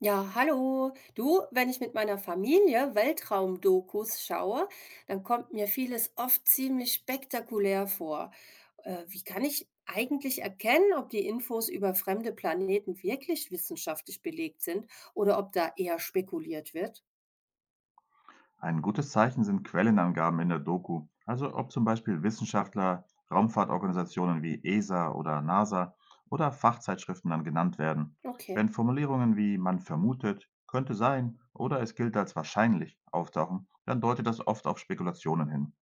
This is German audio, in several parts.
Ja, hallo. Du, wenn ich mit meiner Familie Weltraumdokus schaue, dann kommt mir vieles oft ziemlich spektakulär vor. Wie kann ich eigentlich erkennen, ob die Infos über fremde Planeten wirklich wissenschaftlich belegt sind oder ob da eher spekuliert wird? Ein gutes Zeichen sind Quellenangaben in der Doku, also ob zum Beispiel Wissenschaftler, Raumfahrtorganisationen wie ESA oder NASA oder Fachzeitschriften dann genannt werden. Okay. Wenn Formulierungen wie man vermutet, könnte sein oder es gilt als wahrscheinlich auftauchen, dann deutet das oft auf Spekulationen hin.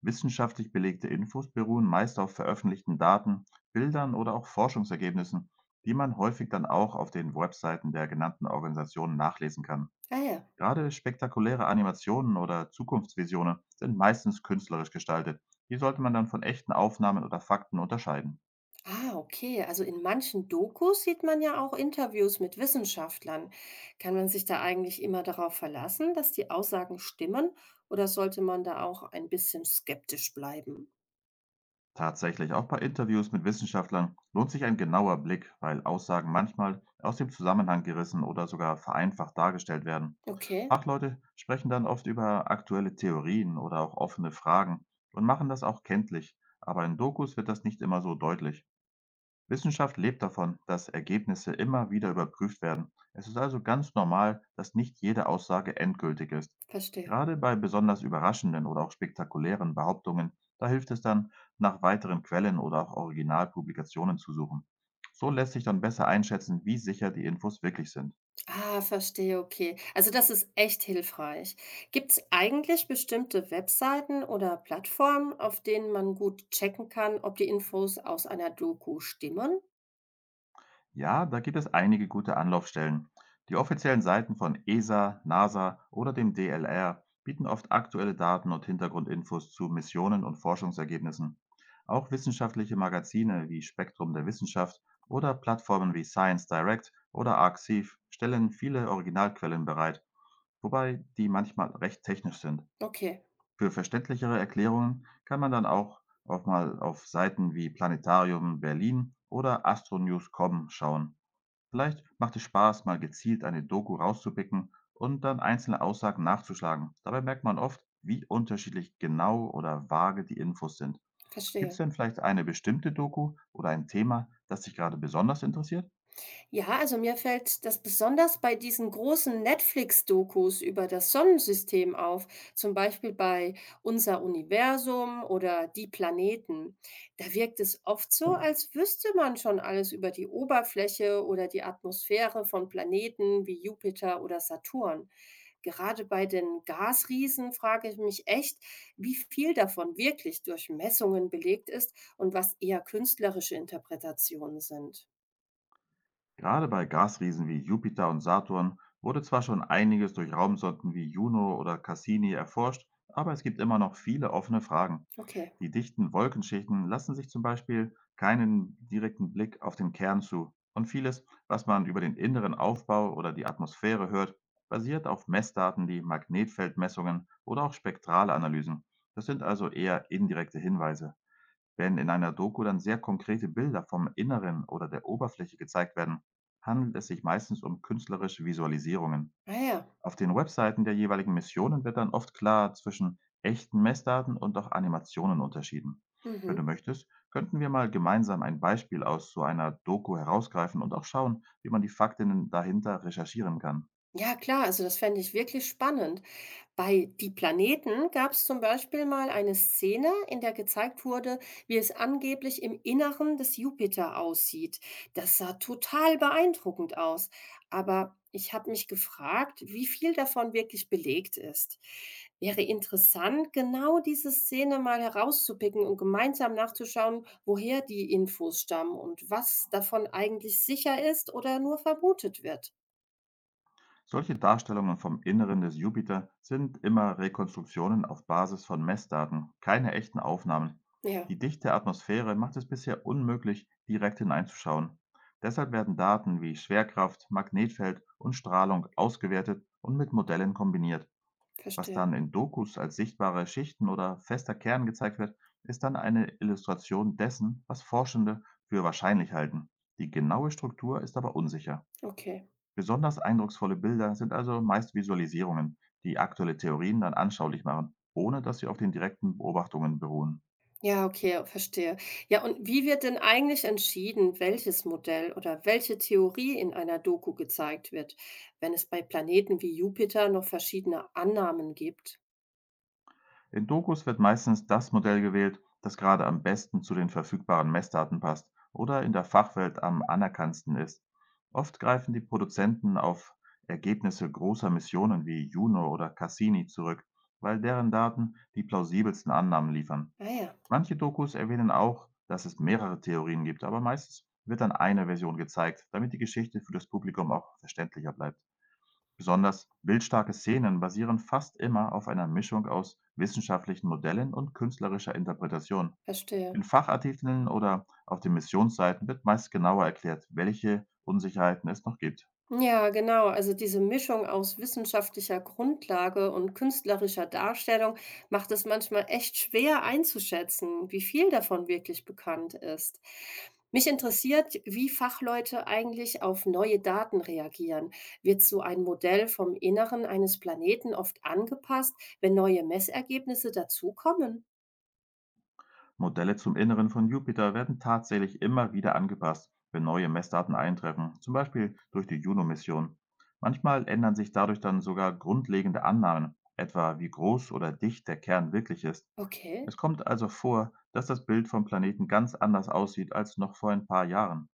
Wissenschaftlich belegte Infos beruhen meist auf veröffentlichten Daten, Bildern oder auch Forschungsergebnissen, die man häufig dann auch auf den Webseiten der genannten Organisationen nachlesen kann. Ah ja. Gerade spektakuläre Animationen oder Zukunftsvisionen sind meistens künstlerisch gestaltet. Die sollte man dann von echten Aufnahmen oder Fakten unterscheiden. Ah, okay. Also in manchen Dokus sieht man ja auch Interviews mit Wissenschaftlern. Kann man sich da eigentlich immer darauf verlassen, dass die Aussagen stimmen, oder sollte man da auch ein bisschen skeptisch bleiben? Tatsächlich, auch bei Interviews mit Wissenschaftlern lohnt sich ein genauer Blick, weil Aussagen manchmal aus dem Zusammenhang gerissen oder sogar vereinfacht dargestellt werden. Okay, Fachleute sprechen dann oft über aktuelle Theorien oder auch offene Fragen und machen das auch kenntlich, aber in Dokus wird das nicht immer so deutlich. Wissenschaft lebt davon, dass Ergebnisse immer wieder überprüft werden. Es ist also ganz normal, dass nicht jede Aussage endgültig ist. verstehe. Gerade bei besonders überraschenden oder auch spektakulären Behauptungen, da hilft es dann, nach weiteren Quellen oder auch Originalpublikationen zu suchen. So lässt sich dann besser einschätzen, wie sicher die Infos wirklich sind. Ah, verstehe, okay. Also das ist echt hilfreich. Gibt es eigentlich bestimmte Webseiten oder Plattformen, auf denen man gut checken kann, ob die Infos aus einer Doku stimmen? Ja, da gibt es einige gute Anlaufstellen. Die offiziellen Seiten von ESA, NASA oder dem DLR bieten oft aktuelle Daten und Hintergrundinfos zu Missionen und Forschungsergebnissen. Auch wissenschaftliche Magazine wie Spektrum der Wissenschaft oder Plattformen wie Science Direct oder ArXiv stellen viele Originalquellen bereit, wobei die manchmal recht technisch sind. Okay, Für verständlichere Erklärungen kann man dann auch mal auf Seiten wie Planetarium Berlin oder astronews.com schauen. Vielleicht macht es Spaß, mal gezielt eine Doku rauszupicken und dann einzelne Aussagen nachzuschlagen. Dabei merkt man oft, wie unterschiedlich genau oder vage die Infos sind. Gibt es verstehe. denn vielleicht eine bestimmte Doku oder ein Thema, das dich gerade besonders interessiert? Ja, also mir fällt das besonders bei diesen großen Netflix-Dokus über das Sonnensystem auf, zum Beispiel bei Unser Universum oder Die Planeten. Da wirkt es oft so, als wüsste man schon alles über die Oberfläche oder die Atmosphäre von Planeten wie Jupiter oder Saturn. Gerade bei den Gasriesen frage ich mich echt, wie viel davon wirklich durch Messungen belegt ist und was eher künstlerische Interpretationen sind. Gerade bei Gasriesen wie Jupiter und Saturn wurde zwar schon einiges durch Raumsonden wie Juno oder Cassini erforscht, aber es gibt immer noch viele offene Fragen. Okay, Die dichten Wolkenschichten lassen sich zum Beispiel keinen direkten Blick auf den Kern zu. Und vieles, was man über den inneren Aufbau oder die Atmosphäre hört, basiert auf Messdaten wie Magnetfeldmessungen oder auch spektrale Analysen. Das sind also eher indirekte Hinweise. Wenn in einer Doku dann sehr konkrete Bilder vom Inneren oder der Oberfläche gezeigt werden, handelt es sich meistens um künstlerische Visualisierungen. naja. Auf den Webseiten der jeweiligen Missionen wird dann oft klar zwischen echten Messdaten und auch Animationen unterschieden. Wenn du Mhm. möchtest, könnten wir mal gemeinsam ein Beispiel aus so einer Doku herausgreifen und auch schauen, wie man die Fakten dahinter recherchieren kann. Ja, klar, also das fände ich wirklich spannend. Bei Die Planeten gab es zum Beispiel mal eine Szene, in der gezeigt wurde, wie es angeblich im Inneren des Jupiter aussieht. Das sah total beeindruckend aus. Aber ich habe mich gefragt, wie viel davon wirklich belegt ist. Wäre interessant, genau diese Szene mal herauszupicken und gemeinsam nachzuschauen, woher die Infos stammen und was davon eigentlich sicher ist oder nur vermutet wird. Solche Darstellungen vom Inneren des Jupiter sind immer Rekonstruktionen auf Basis von Messdaten, keine echten Aufnahmen. Ja. Die dichte Atmosphäre macht es bisher unmöglich, direkt hineinzuschauen. Deshalb werden Daten wie Schwerkraft, Magnetfeld und Strahlung ausgewertet und mit Modellen kombiniert. Was dann Verstehe. in Dokus als sichtbare Schichten oder fester Kern gezeigt wird, ist dann eine Illustration dessen, was Forschende für wahrscheinlich halten. Die genaue Struktur ist aber unsicher. Okay. Besonders eindrucksvolle Bilder sind also meist Visualisierungen, die aktuelle Theorien dann anschaulich machen, ohne dass sie auf den direkten Beobachtungen beruhen. Ja, okay, verstehe. Ja, und wie wird denn eigentlich entschieden, welches Modell oder welche Theorie in einer Doku gezeigt wird, wenn es bei Planeten wie Jupiter noch verschiedene Annahmen gibt? In Dokus wird meistens das Modell gewählt, das gerade am besten zu den verfügbaren Messdaten passt oder in der Fachwelt am anerkanntesten ist. Oft greifen die Produzenten auf Ergebnisse großer Missionen wie Juno oder Cassini zurück, weil deren Daten die plausibelsten Annahmen liefern. Ah ja, Manche Dokus erwähnen auch, dass es mehrere Theorien gibt, aber meistens wird dann eine Version gezeigt, damit die Geschichte für das Publikum auch verständlicher bleibt. Besonders bildstarke Szenen basieren fast immer auf einer Mischung aus wissenschaftlichen Modellen und künstlerischer Interpretation. verstehe. In Fachartikeln oder auf den Missionsseiten wird meist genauer erklärt, welche Unsicherheiten es noch gibt. Ja, genau. Also diese Mischung aus wissenschaftlicher Grundlage und künstlerischer Darstellung macht es manchmal echt schwer einzuschätzen, wie viel davon wirklich bekannt ist. Mich interessiert, wie Fachleute eigentlich auf neue Daten reagieren. Wird so ein Modell vom Inneren eines Planeten oft angepasst, wenn neue Messergebnisse dazukommen? Modelle zum Inneren von Jupiter werden tatsächlich immer wieder angepasst, wenn neue Messdaten eintreffen, zum Beispiel durch die Juno-Mission. Manchmal ändern sich dadurch dann sogar grundlegende Annahmen, etwa wie groß oder dicht der Kern wirklich ist. Okay. Es kommt also vor, dass das Bild vom Planeten ganz anders aussieht als noch vor ein paar Jahren.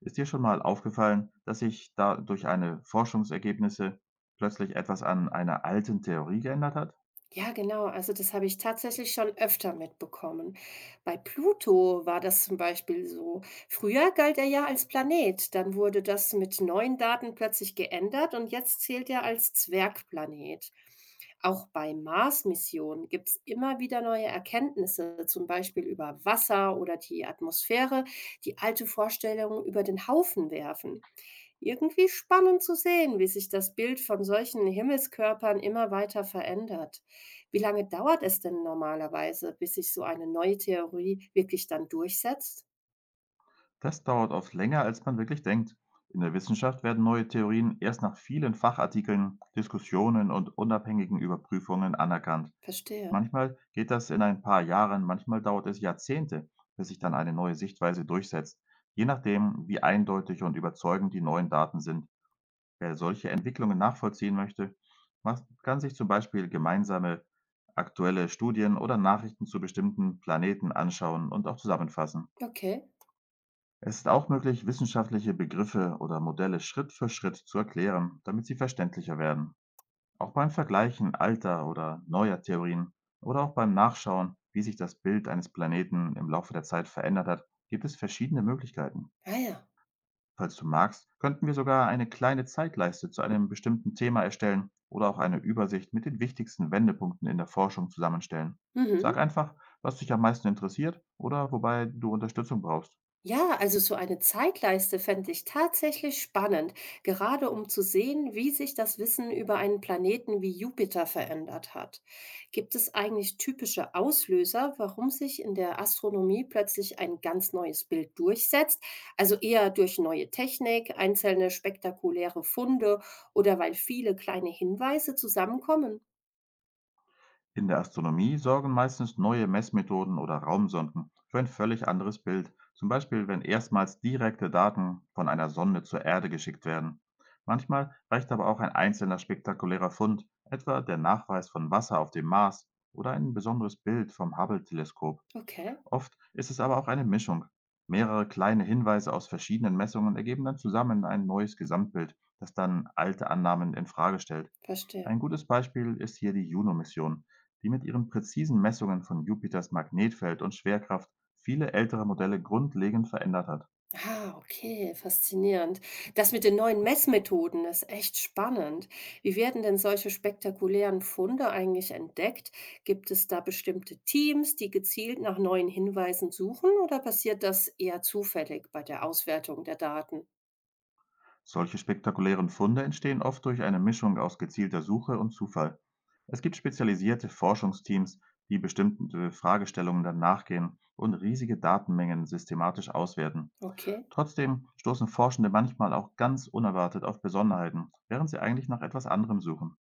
Ist dir schon mal aufgefallen, dass sich da durch eine Forschungsergebnisse plötzlich etwas an einer alten Theorie geändert hat? Ja, genau. Also das habe ich tatsächlich schon öfter mitbekommen. Bei Pluto war das zum Beispiel so. Früher galt er ja als Planet, dann wurde das mit neuen Daten plötzlich geändert und jetzt zählt er als Zwergplanet. Auch bei Mars-Missionen gibt es immer wieder neue Erkenntnisse, zum Beispiel über Wasser oder die Atmosphäre, die alte Vorstellungen über den Haufen werfen. Irgendwie spannend zu sehen, wie sich das Bild von solchen Himmelskörpern immer weiter verändert. Wie lange dauert es denn normalerweise, bis sich so eine neue Theorie wirklich dann durchsetzt? Das dauert oft länger, als man wirklich denkt. In der Wissenschaft werden neue Theorien erst nach vielen Fachartikeln, Diskussionen und unabhängigen Überprüfungen anerkannt. Verstehe. Manchmal geht das in ein paar Jahren, manchmal dauert es Jahrzehnte, bis sich dann eine neue Sichtweise durchsetzt. Je nachdem, wie eindeutig und überzeugend die neuen Daten sind. Wer solche Entwicklungen nachvollziehen möchte, kann sich zum Beispiel gemeinsame aktuelle Studien oder Nachrichten zu bestimmten Planeten anschauen und auch zusammenfassen. Okay. Es ist auch möglich, wissenschaftliche Begriffe oder Modelle Schritt für Schritt zu erklären, damit sie verständlicher werden. Auch beim Vergleichen alter oder neuer Theorien oder auch beim Nachschauen, wie sich das Bild eines Planeten im Laufe der Zeit verändert hat, gibt es verschiedene Möglichkeiten. Ah ja. Falls du magst, könnten wir sogar eine kleine Zeitleiste zu einem bestimmten Thema erstellen oder auch eine Übersicht mit den wichtigsten Wendepunkten in der Forschung zusammenstellen. Mhm. Sag einfach, was dich am meisten interessiert oder wobei du Unterstützung brauchst. Ja, also so eine Zeitleiste fände ich tatsächlich spannend, gerade um zu sehen, wie sich das Wissen über einen Planeten wie Jupiter verändert hat. Gibt es eigentlich typische Auslöser, warum sich in der Astronomie plötzlich ein ganz neues Bild durchsetzt? Also eher durch neue Technik, einzelne spektakuläre Funde oder weil viele kleine Hinweise zusammenkommen? In der Astronomie sorgen meistens neue Messmethoden oder Raumsonden für ein völlig anderes Bild, zum Beispiel wenn erstmals direkte Daten von einer Sonde zur Erde geschickt werden. Manchmal reicht aber auch ein einzelner spektakulärer Fund, etwa der Nachweis von Wasser auf dem Mars oder ein besonderes Bild vom Hubble-Teleskop. Okay, Oft ist es aber auch eine Mischung. Mehrere kleine Hinweise aus verschiedenen Messungen ergeben dann zusammen ein neues Gesamtbild, das dann alte Annahmen in Frage stellt. verstehe. Ein gutes Beispiel ist hier die Juno-Mission, die mit ihren präzisen Messungen von Jupiters Magnetfeld und Schwerkraft viele ältere Modelle grundlegend verändert hat. Ah, okay, faszinierend. Das mit den neuen Messmethoden ist echt spannend. Wie werden denn solche spektakulären Funde eigentlich entdeckt? Gibt es da bestimmte Teams, die gezielt nach neuen Hinweisen suchen oder passiert das eher zufällig bei der Auswertung der Daten? Solche spektakulären Funde entstehen oft durch eine Mischung aus gezielter Suche und Zufall. Es gibt spezialisierte Forschungsteams, die bestimmte Fragestellungen dann nachgehen und riesige Datenmengen systematisch auswerten. Okay. Trotzdem stoßen Forschende manchmal auch ganz unerwartet auf Besonderheiten, während sie eigentlich nach etwas anderem suchen.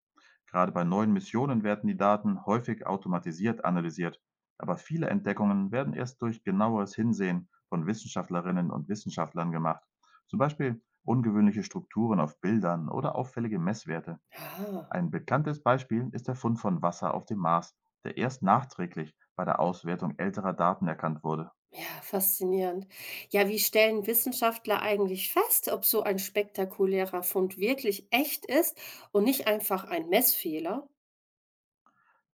Gerade bei neuen Missionen werden die Daten häufig automatisiert analysiert, aber viele Entdeckungen werden erst durch genaueres Hinsehen von Wissenschaftlerinnen und Wissenschaftlern gemacht, zum Beispiel ungewöhnliche Strukturen auf Bildern oder auffällige Messwerte. Ah, Ein bekanntes Beispiel ist der Fund von Wasser auf dem Mars, der erst nachträglich bei der Auswertung älterer Daten erkannt wurde. ja, faszinierend. Ja, wie stellen Wissenschaftler eigentlich fest, ob so ein spektakulärer Fund wirklich echt ist und nicht einfach ein Messfehler?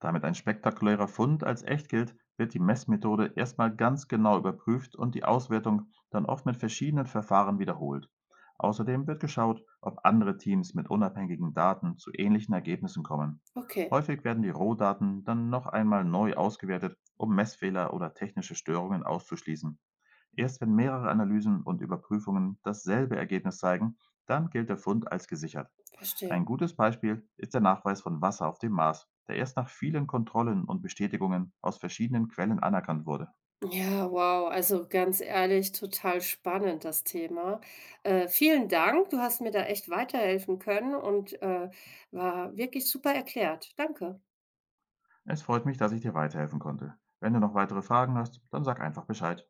Damit ein spektakulärer Fund als echt gilt, wird die Messmethode erstmal ganz genau überprüft und die Auswertung dann oft mit verschiedenen Verfahren wiederholt. Außerdem wird geschaut, ob andere Teams mit unabhängigen Daten zu ähnlichen Ergebnissen kommen. Okay, Häufig werden die Rohdaten dann noch einmal neu ausgewertet, um Messfehler oder technische Störungen auszuschließen. Erst wenn mehrere Analysen und Überprüfungen dasselbe Ergebnis zeigen, dann gilt der Fund als gesichert. verstehe. Ein gutes Beispiel ist der Nachweis von Wasser auf dem Mars, der erst nach vielen Kontrollen und Bestätigungen aus verschiedenen Quellen anerkannt wurde. Ja, wow, also ganz ehrlich, total spannend das Thema. Vielen Dank, du hast mir da echt weiterhelfen können und war wirklich super erklärt. Danke. Es freut mich, dass ich dir weiterhelfen konnte. Wenn du noch weitere Fragen hast, dann sag einfach Bescheid.